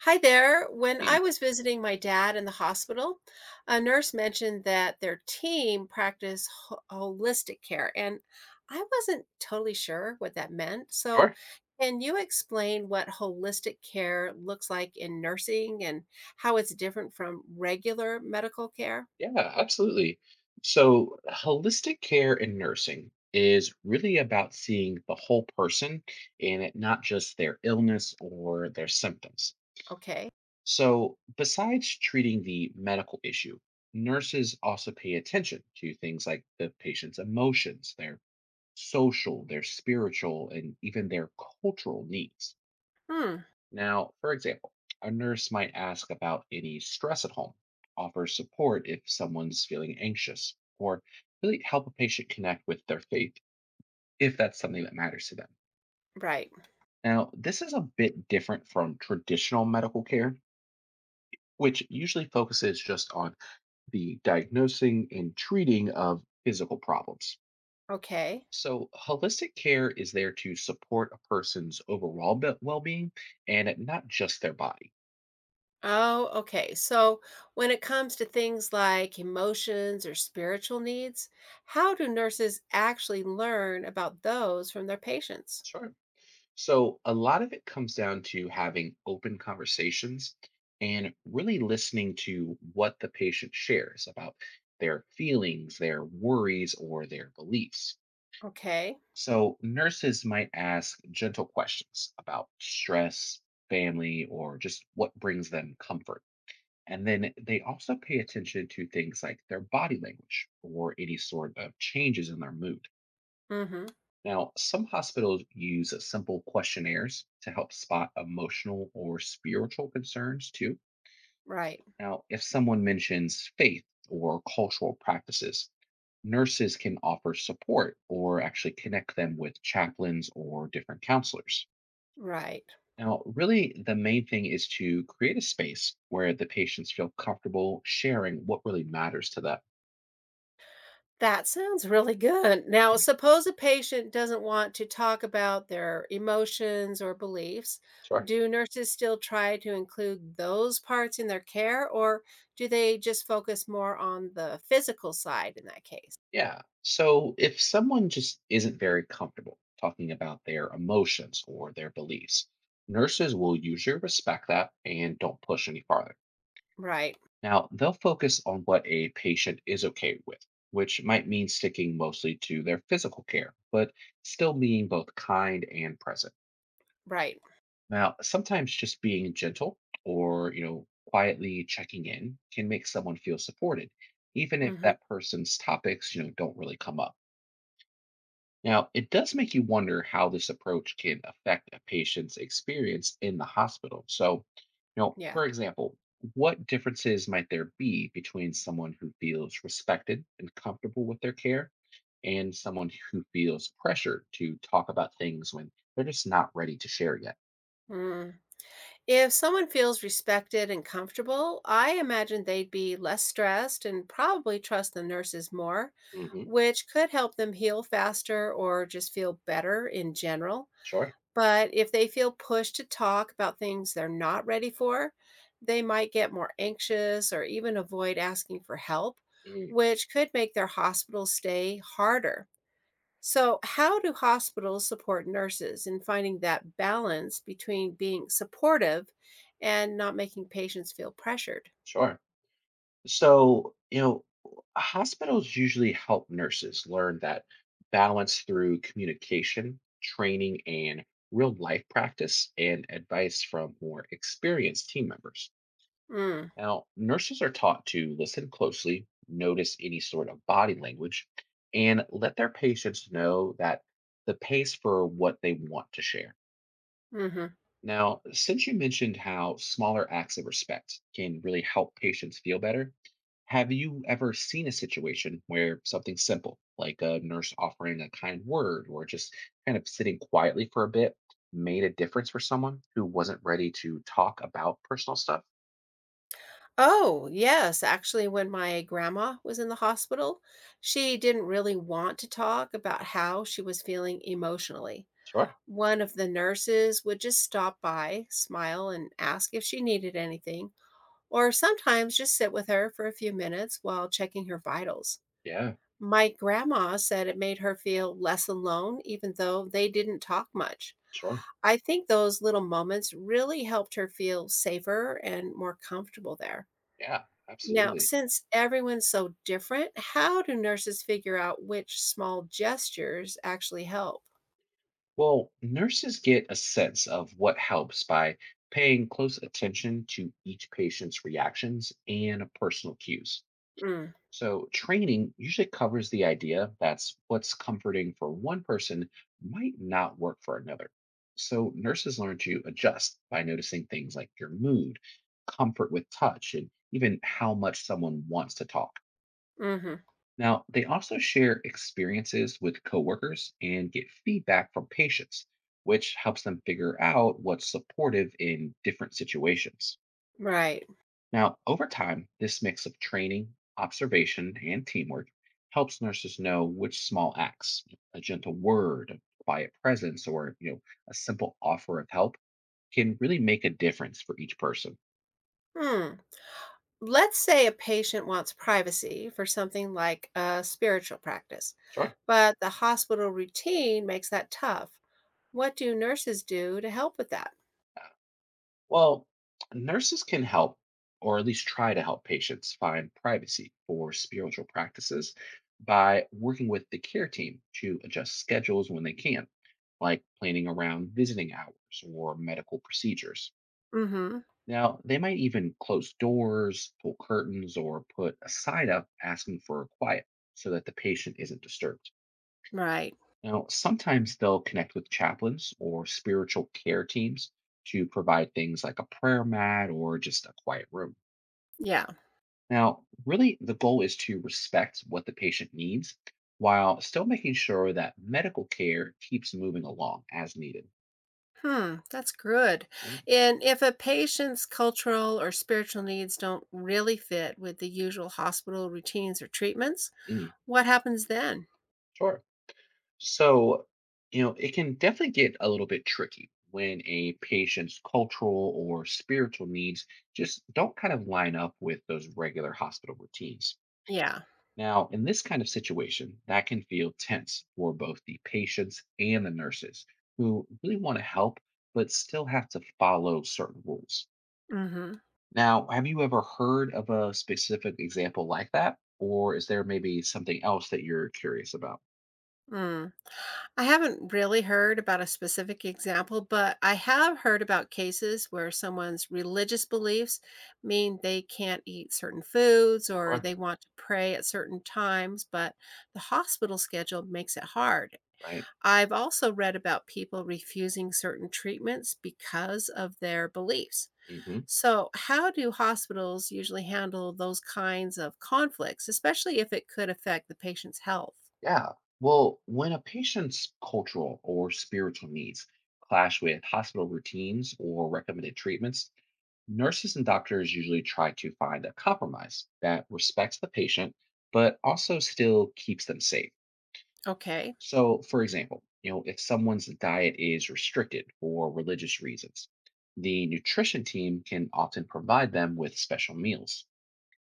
Hi there. When I Hey. was visiting my dad in the hospital, a nurse mentioned that their team practiced holistic care, and I wasn't totally sure what that meant. So, Sure. can you explain what holistic care looks like in nursing and how it's different from regular medical care? Yeah, absolutely. So, holistic care in nursing is really about seeing the whole person and it not just their illness or their symptoms. Okay. So, besides treating the medical issue, nurses also pay attention to things like the patient's emotions, their social, their spiritual, and even their cultural needs. Hmm. Now, for example, a nurse might ask about any stress at home, offer support if someone's feeling anxious, or really help a patient connect with their faith if that's something that matters to them. Right. Now, this is a bit different from traditional medical care, which usually focuses just on the diagnosing and treating of physical problems. Okay. So, holistic care is there to support a person's overall well being and not just their body. Oh, okay. So when it comes to things like emotions or spiritual needs, how do nurses actually learn about those from their patients? Sure. So, a lot of it comes down to having open conversations and really listening to what the patient shares about their feelings, their worries, or their beliefs. Okay. So, nurses might ask gentle questions about stress, family, or just what brings them comfort. And then they also pay attention to things like their body language or any sort of changes in their mood. Mm-hmm. Now, some hospitals use simple questionnaires to help spot emotional or spiritual concerns too. Right. Now, if someone mentions faith or cultural practices, nurses can offer support or actually connect them with chaplains or different counselors. Right. Now, really, the main thing is to create a space where the patients feel comfortable sharing what really matters to them. That sounds really good. You Now, know, suppose a patient doesn't want to talk about their emotions or beliefs. Sorry. Do nurses still try to include those parts in their care, or do they just focus more on the physical side in that case? Yeah. So if someone just isn't very comfortable talking about their emotions or their beliefs, nurses will usually respect that and don't push any farther. Right. Now, they'll focus on what a patient is okay with, which might mean sticking mostly to their physical care, but still being both kind and present. Right. Now, sometimes just being gentle or, quietly checking in can make someone feel supported, even if Mm-hmm. that person's topics, don't really come up. Now, it does make you wonder how this approach can affect a patient's experience in the hospital. So, Yeah. for example, what differences might there be between someone who feels respected and comfortable with their care and someone who feels pressured to talk about things when they're just not ready to share yet? Mm. If someone feels respected and comfortable, I imagine they'd be less stressed and probably trust the nurses more, Hmm. which could help them heal faster or just feel better in general. Sure. But if they feel pushed to talk about things they're not ready for, they might get more anxious or even avoid asking for help, Mm. which could make their hospital stay harder. So, how do hospitals support nurses in finding that balance between being supportive and not making patients feel pressured? Sure. So, hospitals usually help nurses learn that balance through communication, training, and real life practice and advice from more experienced team members. Mm, Now, nurses are taught to listen closely, notice any sort of body language, and let their patients know that the pace for what they want to share. hmm. Now, since you mentioned how smaller acts of respect can really help patients feel better, have you ever seen a situation where something simple, like a nurse offering a kind word or just kind of sitting quietly for a bit, made a difference for someone who wasn't ready to talk about personal stuff? Oh, yes. Actually, when my grandma was in the hospital, she didn't really want to talk about how she was feeling emotionally. Sure. One of the nurses would just stop by, smile, and ask if she needed anything, or sometimes just sit with her for a few minutes while checking her vitals. Yeah, My grandma said it made her feel less alone, even though they didn't talk much. sure. I think those little moments really helped her feel safer and more comfortable there. Yeah, Now, absolutely. since everyone's so different, how do nurses figure out which small gestures actually help? Well, nurses get a sense of what helps by paying close attention to each patient's reactions and personal cues. Mm, So, training usually covers the idea that's what's comforting for one person might not work for another. So, nurses learn to adjust by noticing things like your mood, comfort with touch, and even how much someone wants to talk. hmm. Mm-hmm, Now, they also share experiences with coworkers and get feedback from patients, which helps them figure out what's supportive in different situations. right. Now, over time, this mix of training, observation, and teamwork helps nurses know which small acts, a gentle word, a quiet presence, or a simple offer of help can really make a difference for each person. Hmm. Let's say a patient wants privacy for something like a spiritual practice, Sure. but the hospital routine makes that tough. What do nurses do to help with that? Uh, Well, nurses can help or at least try to help patients find privacy for spiritual practices by working with the care team to adjust schedules when they can, like planning around visiting hours or medical procedures. Mm-hmm. Now, they might even close doors, pull curtains, or put a sign up asking for quiet so that the patient isn't disturbed. Right. Now, sometimes they'll connect with chaplains or spiritual care teams to provide things like a prayer mat or just a quiet room. Yeah. Now, really, the goal is to respect what the patient needs while still making sure that medical care keeps moving along as needed. Hmm. That's good. Yeah. And if a patient's cultural or spiritual needs don't really fit with the usual hospital routines or treatments, Mm. what happens then? Sure. So, it can definitely get a little bit tricky when a patient's cultural or spiritual needs just don't kind of line up with those regular hospital routines. Yeah. Now, in this kind of situation, that can feel tense for both the patients and the nurses who really want to help, but still have to follow certain rules. Mm-hmm. Mm. Now, have you ever heard of a specific example like that? Or is there maybe something else that you're curious about? Hmm. I haven't really heard about a specific example, but I have heard about cases where someone's religious beliefs mean they can't eat certain foods or Sure. they want to pray at certain times, but the hospital schedule makes it hard. Right. I've also read about people refusing certain treatments because of their beliefs. Hmm. So, how do hospitals usually handle those kinds of conflicts, especially if it could affect the patient's health? Yeah. Well, when a patient's cultural or spiritual needs clash with hospital routines or recommended treatments, nurses and doctors usually try to find a compromise that respects the patient but also still keeps them safe. Okay. So, for example, if someone's diet is restricted for religious reasons, the nutrition team can often provide them with special meals.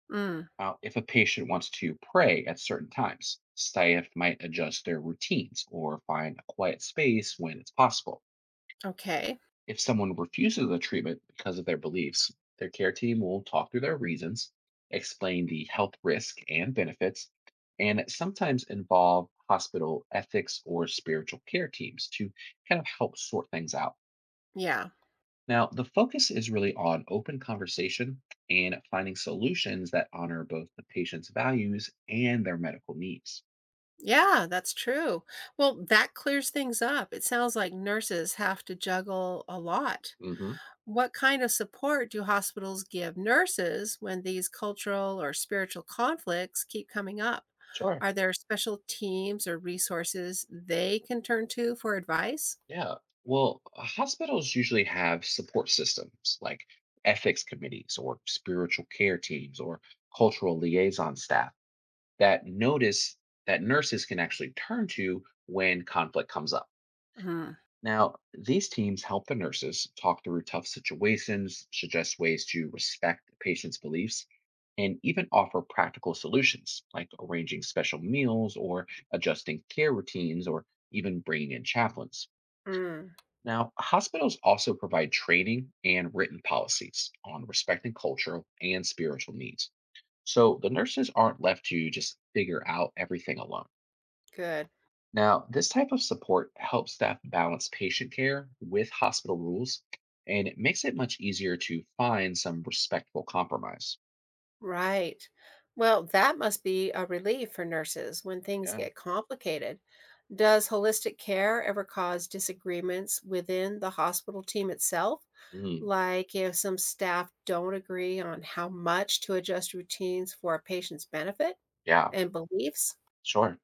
Mm, If a patient wants to pray at certain times, staff might adjust their routines or find a quiet space when it's possible. okay. If someone refuses the treatment because of their beliefs, their care team will talk through their reasons, explain the health risk and benefits, and sometimes involve hospital ethics or spiritual care teams to kind of help sort things out. Yeah. Now, the focus is really on open conversation and finding solutions that honor both the patient's values and their medical needs. Yeah, that's true. Well, that clears things up. It sounds like nurses have to juggle a lot. Hmm. What kind of support do hospitals give nurses when these cultural or spiritual conflicts keep coming up? Sure. Are there special teams or resources they can turn to for advice? Yeah. Well, hospitals usually have support systems like ethics committees or spiritual care teams or cultural liaison staff that notice that nurses can actually turn to when conflict comes up. Mhm. Now, these teams help the nurses talk through tough situations, suggest ways to respect the patient's beliefs, and even offer practical solutions like arranging special meals or adjusting care routines or even bringing in chaplains. Mm, Now, hospitals also provide training and written policies on respecting cultural and spiritual needs. So the nurses aren't left to just figure out everything alone. good. Now, this type of support helps staff balance patient care with hospital rules, and it makes it much easier to find some respectful compromise. Right. Well, that must be a relief for nurses when things Yeah. get complicated. Does holistic care ever cause disagreements within the hospital team itself? Mm, Like if some staff don't agree on how much to adjust routines for a patient's benefit yeah, and beliefs? sure.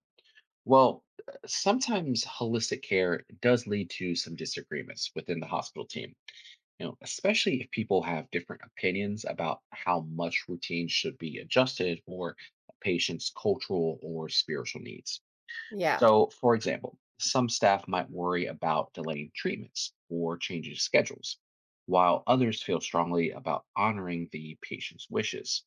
Well, sometimes holistic care does lead to some disagreements within the hospital team, especially if people have different opinions about how much routine should be adjusted for a patient's cultural or spiritual needs. Yeah. So, for example, some staff might worry about delaying treatments or changing schedules, while others feel strongly about honoring the patient's wishes.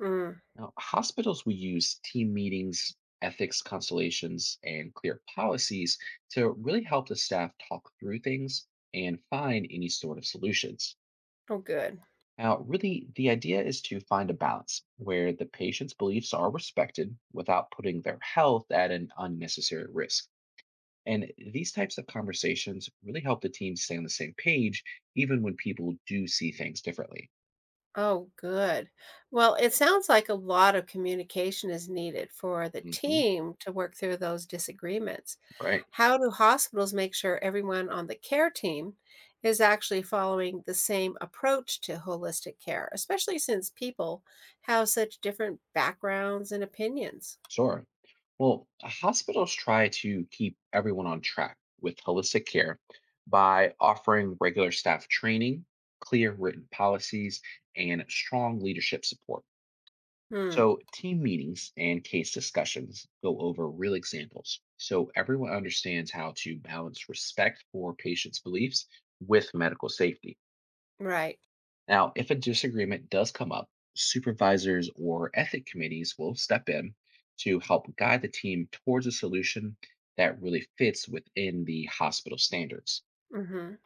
Mm. Now, hospitals will use team meetings, ethics consultations, and clear policies to really help the staff talk through things and find any sort of solutions. Oh, good. Now, really, the idea is to find a balance where the patient's beliefs are respected without putting their health at an unnecessary risk. And these types of conversations really help the team stay on the same page, even when people do see things differently. Oh, good. Well, it sounds like a lot of communication is needed for the Hmm. team to work through those disagreements. Right. How do hospitals make sure everyone on the care team is actually following the same approach to holistic care, especially since people have such different backgrounds and opinions? Sure. Well, hospitals try to keep everyone on track with holistic care by offering regular staff training, clear written policies, and strong leadership support. Hmm. So, team meetings and case discussions go over real examples. So, everyone understands how to balance respect for patients' beliefs with medical safety. Right. Now, if a disagreement does come up, supervisors or ethic committees will step in to help guide the team towards a solution that really fits within the hospital standards. Hmm.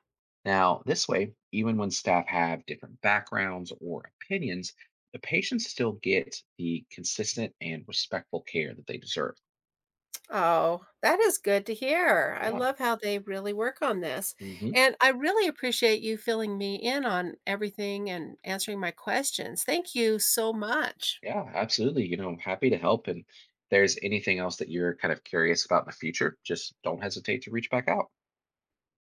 Now, this way, even when staff have different backgrounds or opinions, the patients still get the consistent and respectful care that they deserve. Oh, that is good to hear. I Yeah. love how they really work on this. Hmm. And I really appreciate you filling me in on everything and answering my questions. Thank you so much. Yeah, absolutely. I'm happy to help. And if there's anything else that you're kind of curious about in the future, just don't hesitate to reach back out.